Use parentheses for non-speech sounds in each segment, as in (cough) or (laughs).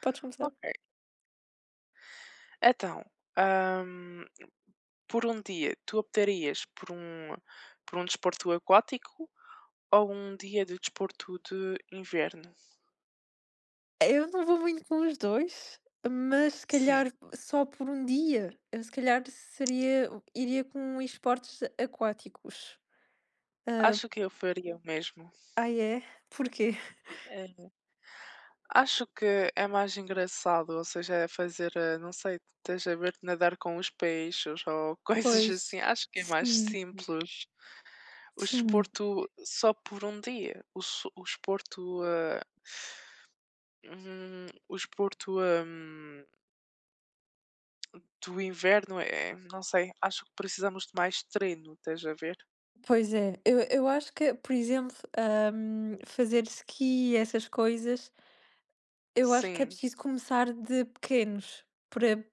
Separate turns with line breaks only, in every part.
Podes começar.
Ok. Então, hum, por um dia, tu optarias por por um desporto aquático ou um dia de desporto de inverno?
Eu não vou muito com os 2 mas se
Sim,
calhar só por um dia. Eu se calhar seria iria com esportes aquáticos. Ah,
acho que eu faria o mesmo.
é? Porquê?
É, acho que é mais engraçado, ou seja, é fazer, não sei, estás a ver nadar com os peixes ou (laughs) coisas
Pois.
assim. Acho que é mais
Sim,
simples. O
sim.
desporto só por um dia. O desporto. O esporto, do inverno é não sei, acho que precisamos de mais treino, estás a ver?
Pois é. Eu acho que, por exemplo, fazer ski, essas coisas, eu acho que é
Sim,
preciso começar de pequenos. Para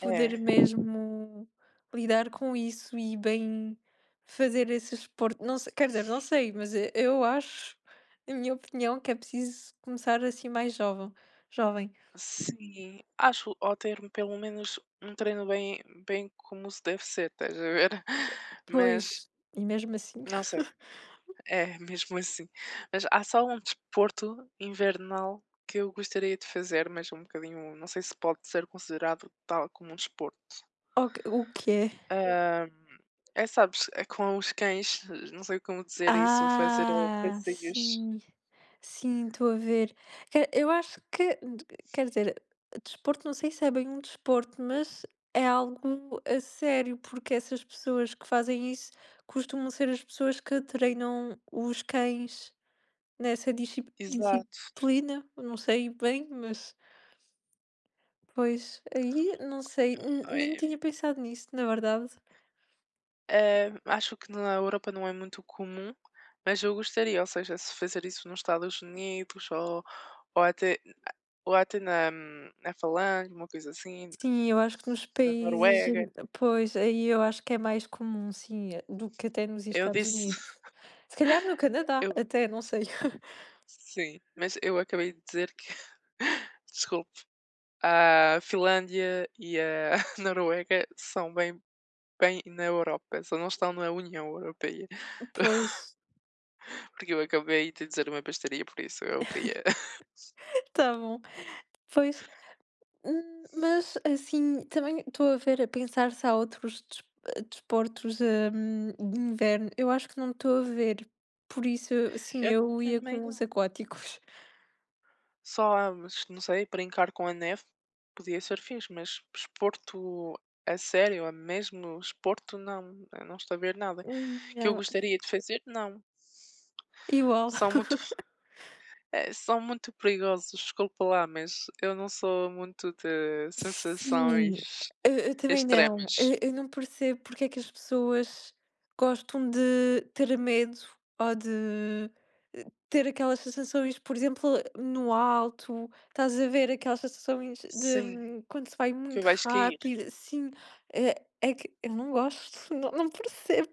é,
poder mesmo lidar com isso e bem fazer esse esporte. Não se quer dizer, não sei, mas e eu acho, na minha opinião, que é preciso começar assim mais jovem.
sim, acho ou ter pelo menos um treino bem como se deve ser, estás a ver? (laughs) Mas
Pois, e mesmo assim,
não sei,
(laughs)
é (laughs) mesmo assim. Mas há só um desporto invernal que eu gostaria de fazer, mas é um bocadinho não sei se pode ser considerado tal como um desporto.
o que é?
Ah, é, sabes, é com os cães, não sei como dizer isso, fazer
Ah,
passeios.
sim. Sim, estou a ver. Quer eu acho que quer dizer, desporto não sei se é bem um desporto, mas é algo a sério, porque essas pessoas que fazem isso costumam ser as pessoas que treinam os cães nessa
Exato.
disciplina. Não sei bem, mas pois, aí não sei, n nem
Ai,
tinha pensado nisso, na verdade.
acho que na Europa não é muito comum, mas eu gostaria, ou seja, se fazer isso nos Estados Unidos ou, ou até, ou até na Falange, uma coisa assim,
Sim, eu acho que nos
na
países
Noruega.
pois, aí eu acho que é mais comum, sim, do que até nos
Eu
Estados
disse,
Unidos.
(laughs)
Se calhar no Canadá,
eu,
até, não sei. (laughs)
sim, mas eu acabei de dizer que, (laughs) desculpe, a Finlândia e a (laughs) Noruega são bem na Europa, só não estão na União Europeia, (laughs)
Pois,
porque eu acabei de dizer uma besteira, por isso eu queria. (laughs)
tá bom. Pois, mas assim, também estou a ver, a pensar se há outros desportos, de inverno. Eu acho que não estou a ver. Por isso, sim,
Eu
eu ia
também
com
não.
os aquáticos. (laughs)
Só, ah, mas não sei, brincar com a neve podia ser fixe, mas esporto a sério, a mesmo esporto não, eu não estou a ver nada que eu
Yeah,
gostaria de fazer, não.
igual.
São muito, são muito perigosos, desculpa lá, mas eu não sou muito de
Sim,
sensações
eu também não.
extremas.
Eu não percebo porque é que as pessoas gostam de ter medo ou de eh, ter aquelas sensações, por exemplo, no alto, estás a ver aquelas sensações de,
Sim,
quando se vai
que
muito
vais cair.
rápido, sim é é que eu não gosto, (laughs) não percebo.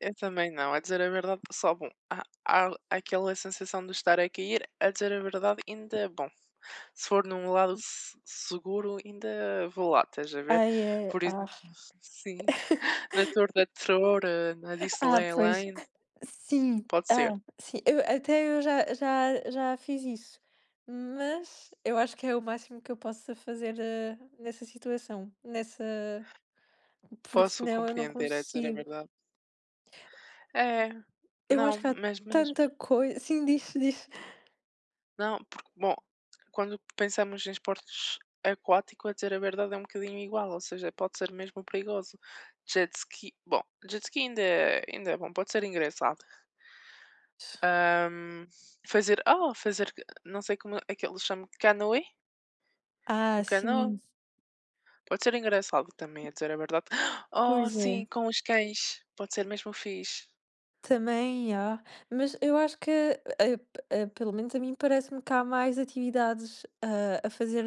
Eu também não, a dizer a verdade, só bom. Há aquela sensação de estar a cair, a dizer a verdade, ainda é bom. Se for num lado se seguro, ainda vou lá, estás a ver?
Ai, é,
Por
ah.
exemplo, sim,
(laughs)
(laughs) na Torre da Terror, na
Ah, pois.
Disneyland,
Sim,
pode ser.
ah, sim, eu até eu já fiz isso, mas eu acho que é o máximo que eu possa fazer, nessa situação, nessa porque
Posso
senão eu não
compreender, a dizer a
consigo.
verdade. É,
Eu
não,
acho que há
mas mesmo.
tanta coisa sim, diz, diz.
Não, porque, bom, quando pensamos em esportes aquáticos, a dizer a verdade é um bocadinho igual, ou seja, pode ser mesmo perigoso. Jet ski, bom, jet ski ainda é bom, pode ser engraçado. Ahm, Fazer, fazer, não sei como é que eles chamam, canoe?
Ah,
O canoe?
sim,
Pode ser engraçado também, a dizer a verdade. (gasps) Oh,
pois é,
sim, com os cães, pode ser mesmo fixe.
também há, mas eu acho que, pelo menos a mim parece-me que há mais atividades, a fazer,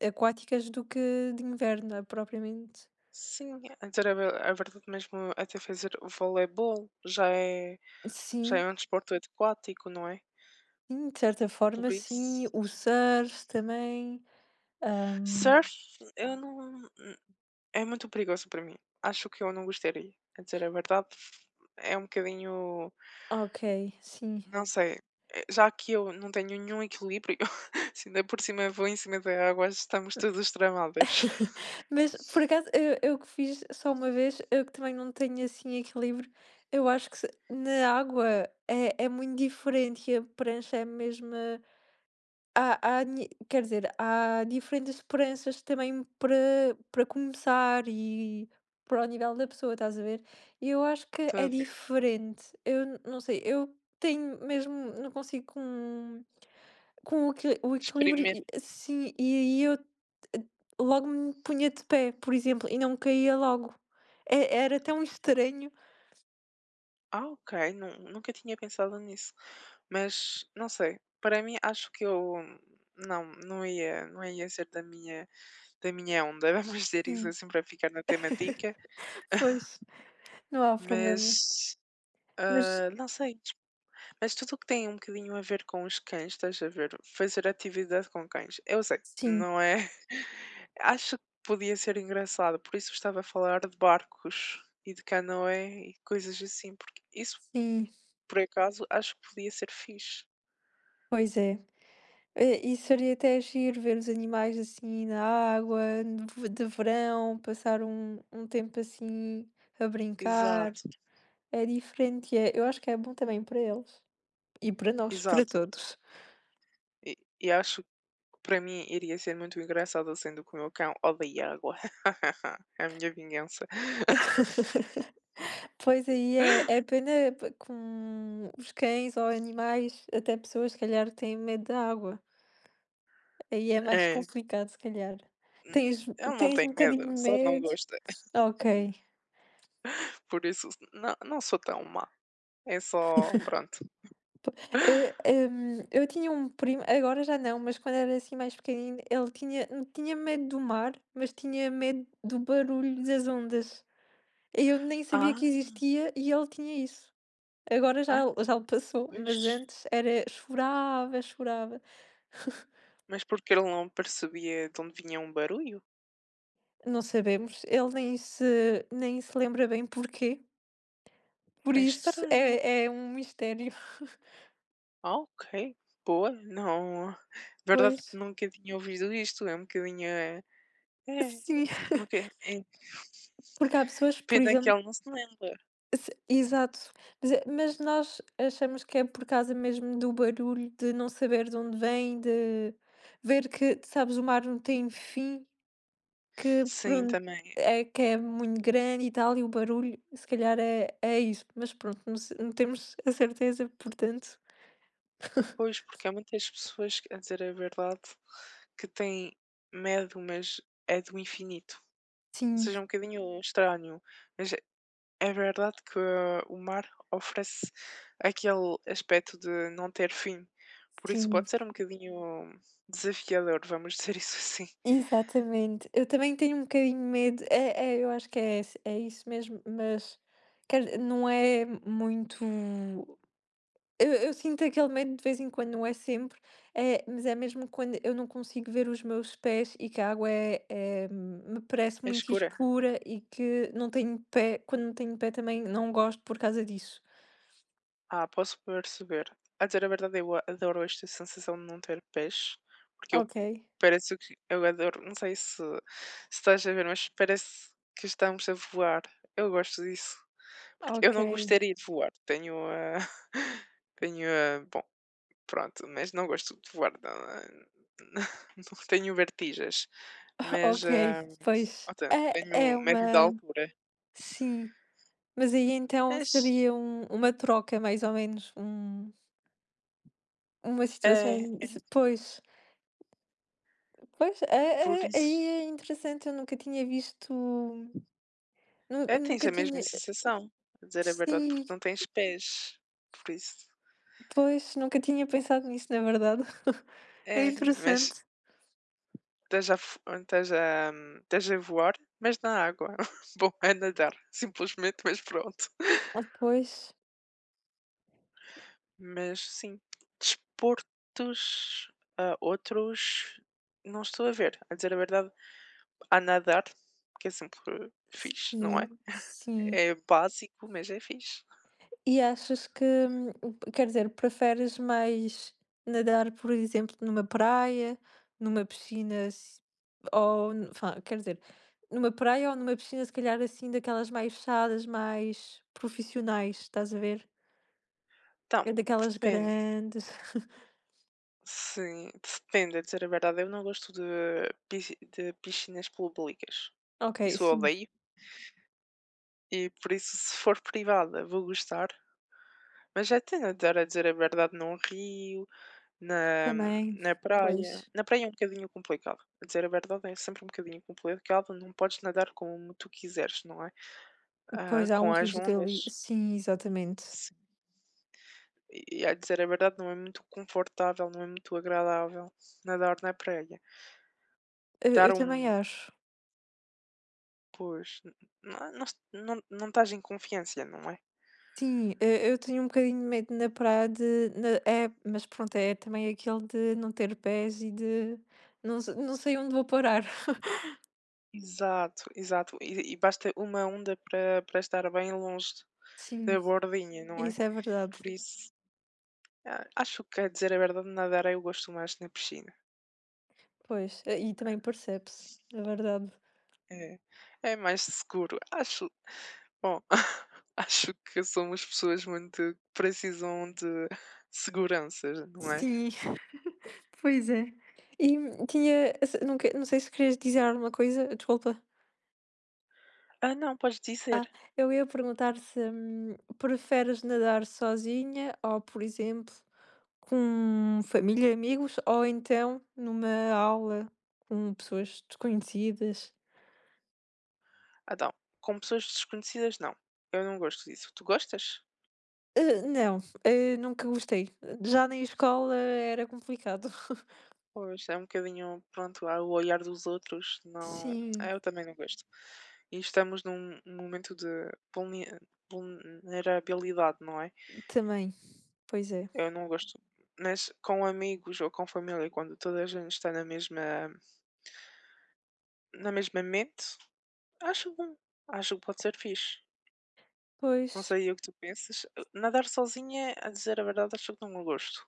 aquáticas do que de inverno, propriamente.
Sim, a dizer a verdade mesmo, até fazer voleibol já
Sim.
é um desporto aquático, não é?
Sim, de certa forma,
Por
sim.
isso
O surf também. hum,
surf eu não é muito perigoso para mim. Acho que eu não gostaria, a dizer a verdade, é um bocadinho,
ok, sim.
não sei, já que eu não tenho nenhum equilíbrio, (laughs) se ainda por cima vou em cima da água, estamos todos tramados.
(laughs)
(laughs)
Mas por acaso eu que fiz só uma vez, eu que também não tenho assim equilíbrio, eu acho que na água é, é muito diferente e a prancha é a mesma. Há há ni quer dizer, há diferentes esperanças também para começar e para o nível da pessoa, estás a ver? Eu acho que
Estou
é
a ver.
diferente. Eu n não sei, eu tenho mesmo não consigo com o equi o equilíbrio
Experimento
e sim, e aí eu eh, logo me punha de pé, por exemplo, e não caía logo. É era tão estranho.
ok, nu nunca tinha pensado nisso, mas não sei, para mim acho que eu não, não ia ser da minha onda, (laughs) vamos dizer isso
Sim.
assim para ficar na temática.
(laughs) Pois, não há problema.
Mas,
Mas
ah, não sei. Mas tudo o que tem um bocadinho a ver com os cães, estás a ver? Fazer atividade com cães. Eu sei,
sim,
não é? (laughs) Acho que podia ser engraçado, por isso estava a falar de barcos e de canoé e coisas assim, porque isso,
sim,
por acaso, acho que podia ser fixe.
pois é. É, e seria até giro ver os animais assim na água, no de verão, passar um tempo assim a brincar.
Exato,
É diferente, e é, eu acho que é bom também para eles e para nós, para
exato.
todos.
E acho que para mim iria ser muito engraçado, sendo que o meu cão odeia água. (laughs) É a minha vingança.
(laughs) Pois aí é, é
(laughs)
pena com os cães ou animais, até pessoas, se calhar, têm medo da água. Aí é mais
É.
complicado, se calhar.
Hum,
Tens,
Ele não
tens um
tem
bocadinho
medo,
de
só não
medo?
gosta.
Ok.
(laughs) Por isso não sou tão má, é só pronto.
Po eh,
(laughs)
eu tinha um primo, agora já não, mas quando era assim mais pequenino, ele tinha não tinha medo do mar, mas tinha medo do barulho das ondas. Eu nem sabia
Ah,
que existia e ele tinha isso. Agora já
ah,
já o passou, mas
pois.
antes era chorava, chorava. (laughs)
Mas porque ele não percebia de onde vinha um barulho?
Não sabemos, ele nem se lembra bem porquê, por
É
isso
estranho.
é é um mistério. (laughs)
Ah, ok, boa, não verdade é que
Pois,
nunca tinha ouvido isto, é um bocadinho é, é,
sim,
nunca é
porque há pessoas, por
pena que
exemplo
ele não se lembra.
Se exato. Mas é mas nós achamos que é por causa mesmo do barulho, de não saber de onde vem, de ver que, sabes, o mar não tem fim, que
Sim,
pronto,
também.
é que é muito grande e tal, e o barulho, se calhar é é isso, mas pronto, não temos a certeza, portanto. (laughs)
Pois, porque há muitas pessoas a dizer a verdade, que têm medo, mas é do infinito.
Sim,
Seja um bocadinho estranho, mas é verdade que o mar oferece aquele aspecto de não ter fim, por isso
sim,
pode ser um bocadinho desafiador, vamos (laughs) dizer isso assim.
exatamente. Eu também tenho um bocadinho de medo, é é, eu acho que é esse é isso mesmo, mas quer não é muito Eu sinto aquele medo de vez em quando, não é sempre, mas é mesmo quando eu não consigo ver os meus pés e que a água é é me parece
A
muito
escura?
escura e que não tenho pé. Quando não tenho pé também não gosto por causa disso.
Ah, posso perceber. A dizer a verdade, eu adoro esta sensação de não ter pés, porque eu
Ok,
parece que eu adoro, não sei se estás a ver, mas parece que estamos a voar. Eu gosto disso. Porque eu
ok,
não gostaria de voar. Tenho a. (laughs) Tenho a. Pronto, mas não gosto de voar, não (laughs) não tenho vertigens, mas,
ok,
ah,
pois.
ou seja,
É é
tenho medo da
uma
altura,
sim, mas aí então
mas
seria uma troca mais ou menos, uma
é
situação
é
s pois, pois, é
por
é aí
isso
é interessante, eu nunca tinha visto nu
é,
nunca
tens a mesma
tinha
sensação, a dizer a verdade,
Sim,
porque não tens pés, por isso
pois, nunca tinha pensado nisso, na verdade. (laughs) É
é, mas
interessante.
estás a estás a voar, mas na água. (laughs) Bom, a nadar, simplesmente, mas pronto.
Ah, pois,
Mas sim, desportos, ah, outros, não estou a ver. A dizer a verdade, a nadar, que é sempre fixe, não
sim,
é?
sim.
É básico, mas é fixe.
E achas que, quer dizer, preferes mais nadar, por exemplo, numa praia, numa piscina, ou, quer dizer, numa praia ou numa piscina, se calhar assim, daquelas mais fechadas, mais profissionais, estás a ver?
Então,
É daquelas
depende.
grandes. (laughs)
Sim, depende. A dizer a verdade, eu não gosto de, de piscinas públicas.
Ok,
Isso eu
sim,
odeio. E por isso, se for privada, vou gostar. Mas já tenho, agora a dizer a verdade, num rio, na
também,
na praia.
pois.
Na praia é um bocadinho complicado. A dizer a verdade é sempre um bocadinho complicado, não podes nadar como tu quiseres, não é? Ah,
Pois há um
com as
risco ali.
ondas.
Sim, exatamente.
Sim. E a dizer a verdade não é muito confortável, não é muito agradável nadar na praia. Dar
Eu também
um
acho.
pois, não estás em confiança, não é?
Sim, eu tenho um bocadinho de medo na praia de. É, mas pronto, é também aquele de não ter pés e de. Não, não sei onde vou parar. (laughs)
Exato, exato. E basta uma onda para estar bem longe da
Sim,
bordinha, não é?
isso é verdade.
Por isso. Ah, acho que, a dizer a verdade, nadar eu gosto mais na piscina.
Pois, e também percebe-se, é verdade.
É, é mais seguro. Acho, bom, (laughs) acho que somos pessoas muito que precisam de seguranças, não é?
Sim, (laughs) pois é. E tinha. Não, não sei se querias dizer alguma coisa, desculpa.
Ah, não, podes
Ah,
dizer.
eu ia perguntar se preferes nadar sozinha ou, por exemplo, com família e amigos ou então numa aula com pessoas desconhecidas?
Ah, não, com pessoas desconhecidas, não. Eu não gosto disso. Tu gostas?
Hã, não, hã, nunca gostei. Já na escola era complicado. (laughs)
Pois, é um bocadinho, pronto, ao olhar dos outros, não. Ah,
Sim,
eu também não gosto. E estamos num momento de vulne- vulnerabilidade, não é?
também, pois é.
Eu não gosto, mas com amigos ou com família, quando toda a gente está na mesma mente, acho bom, acho que pode ser fixe. Não
Pois,
sei o que tu pensas. Eh, nadar sozinha, a dizer a verdade, acho que não é gosto.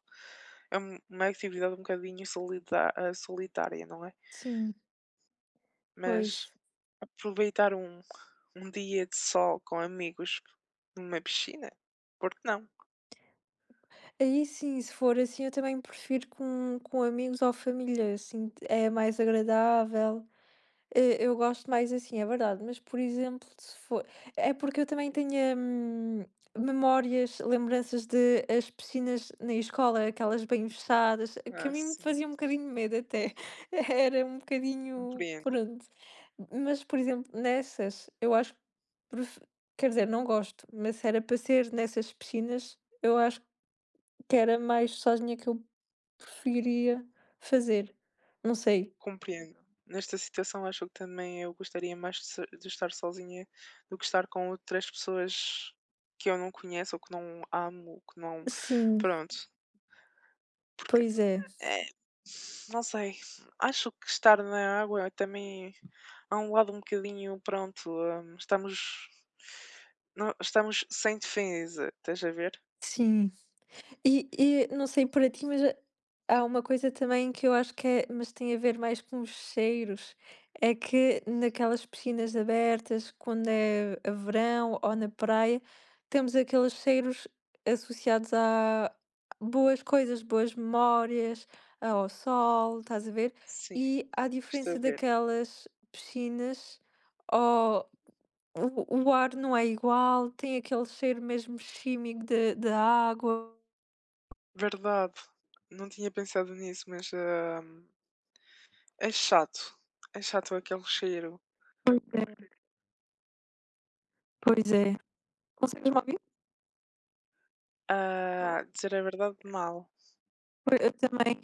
É uma atividade um bocadinho solitária, não é?
sim,
Mas
pois.
aproveitar um, um dia de sol com amigos numa piscina, por que não?
Aí sim, se for assim, eu também prefiro com amigos ou família, assim, é mais agradável. Eh, eu gosto mais assim, é verdade, mas por exemplo, se for é porque eu também tenho, memórias, lembranças de as piscinas na escola, aquelas bem fechadas, que a
Ah,
mim me
sim,
fazia um bocadinho medo até, (laughs) era um bocadinho,
compreendo.
pronto. Mas, por exemplo, nessas, eu acho que pref quer dizer, não gosto, mas se era para ser nessas piscinas, eu acho que era mais sozinha que eu preferiria fazer, não sei.
Compreendo. Nesta situação, acho que também eu gostaria mais de de estar sozinha do que estar com outras pessoas que eu não conheço ou que não amo, que não.
Sim,
Pronto.
pois é,
É, não sei. Acho que estar na água também há um lado um bocadinho. Pronto, estamos. Não, estamos sem defesa, estás a ver?
sim. E não sei para ti, mas há uma coisa também que eu acho que é mas tem a ver mais com os cheiros, é que naquelas piscinas abertas, quando é a verão ou na praia, temos aqueles cheiros associados a boas coisas, boas memórias, ao sol, estás a ver?
Sim,
E à
estou
diferença
a ver.
daquelas piscinas, ó, o ar não é igual, tem aquele cheiro mesmo químico de da água.
Verdade, não tinha pensado nisso, mas ah, é chato. É chato aquele cheiro.
Pois é. Consegues me ouvir? Estou.
Ah, dizer a verdade, mal.
Pois eu também.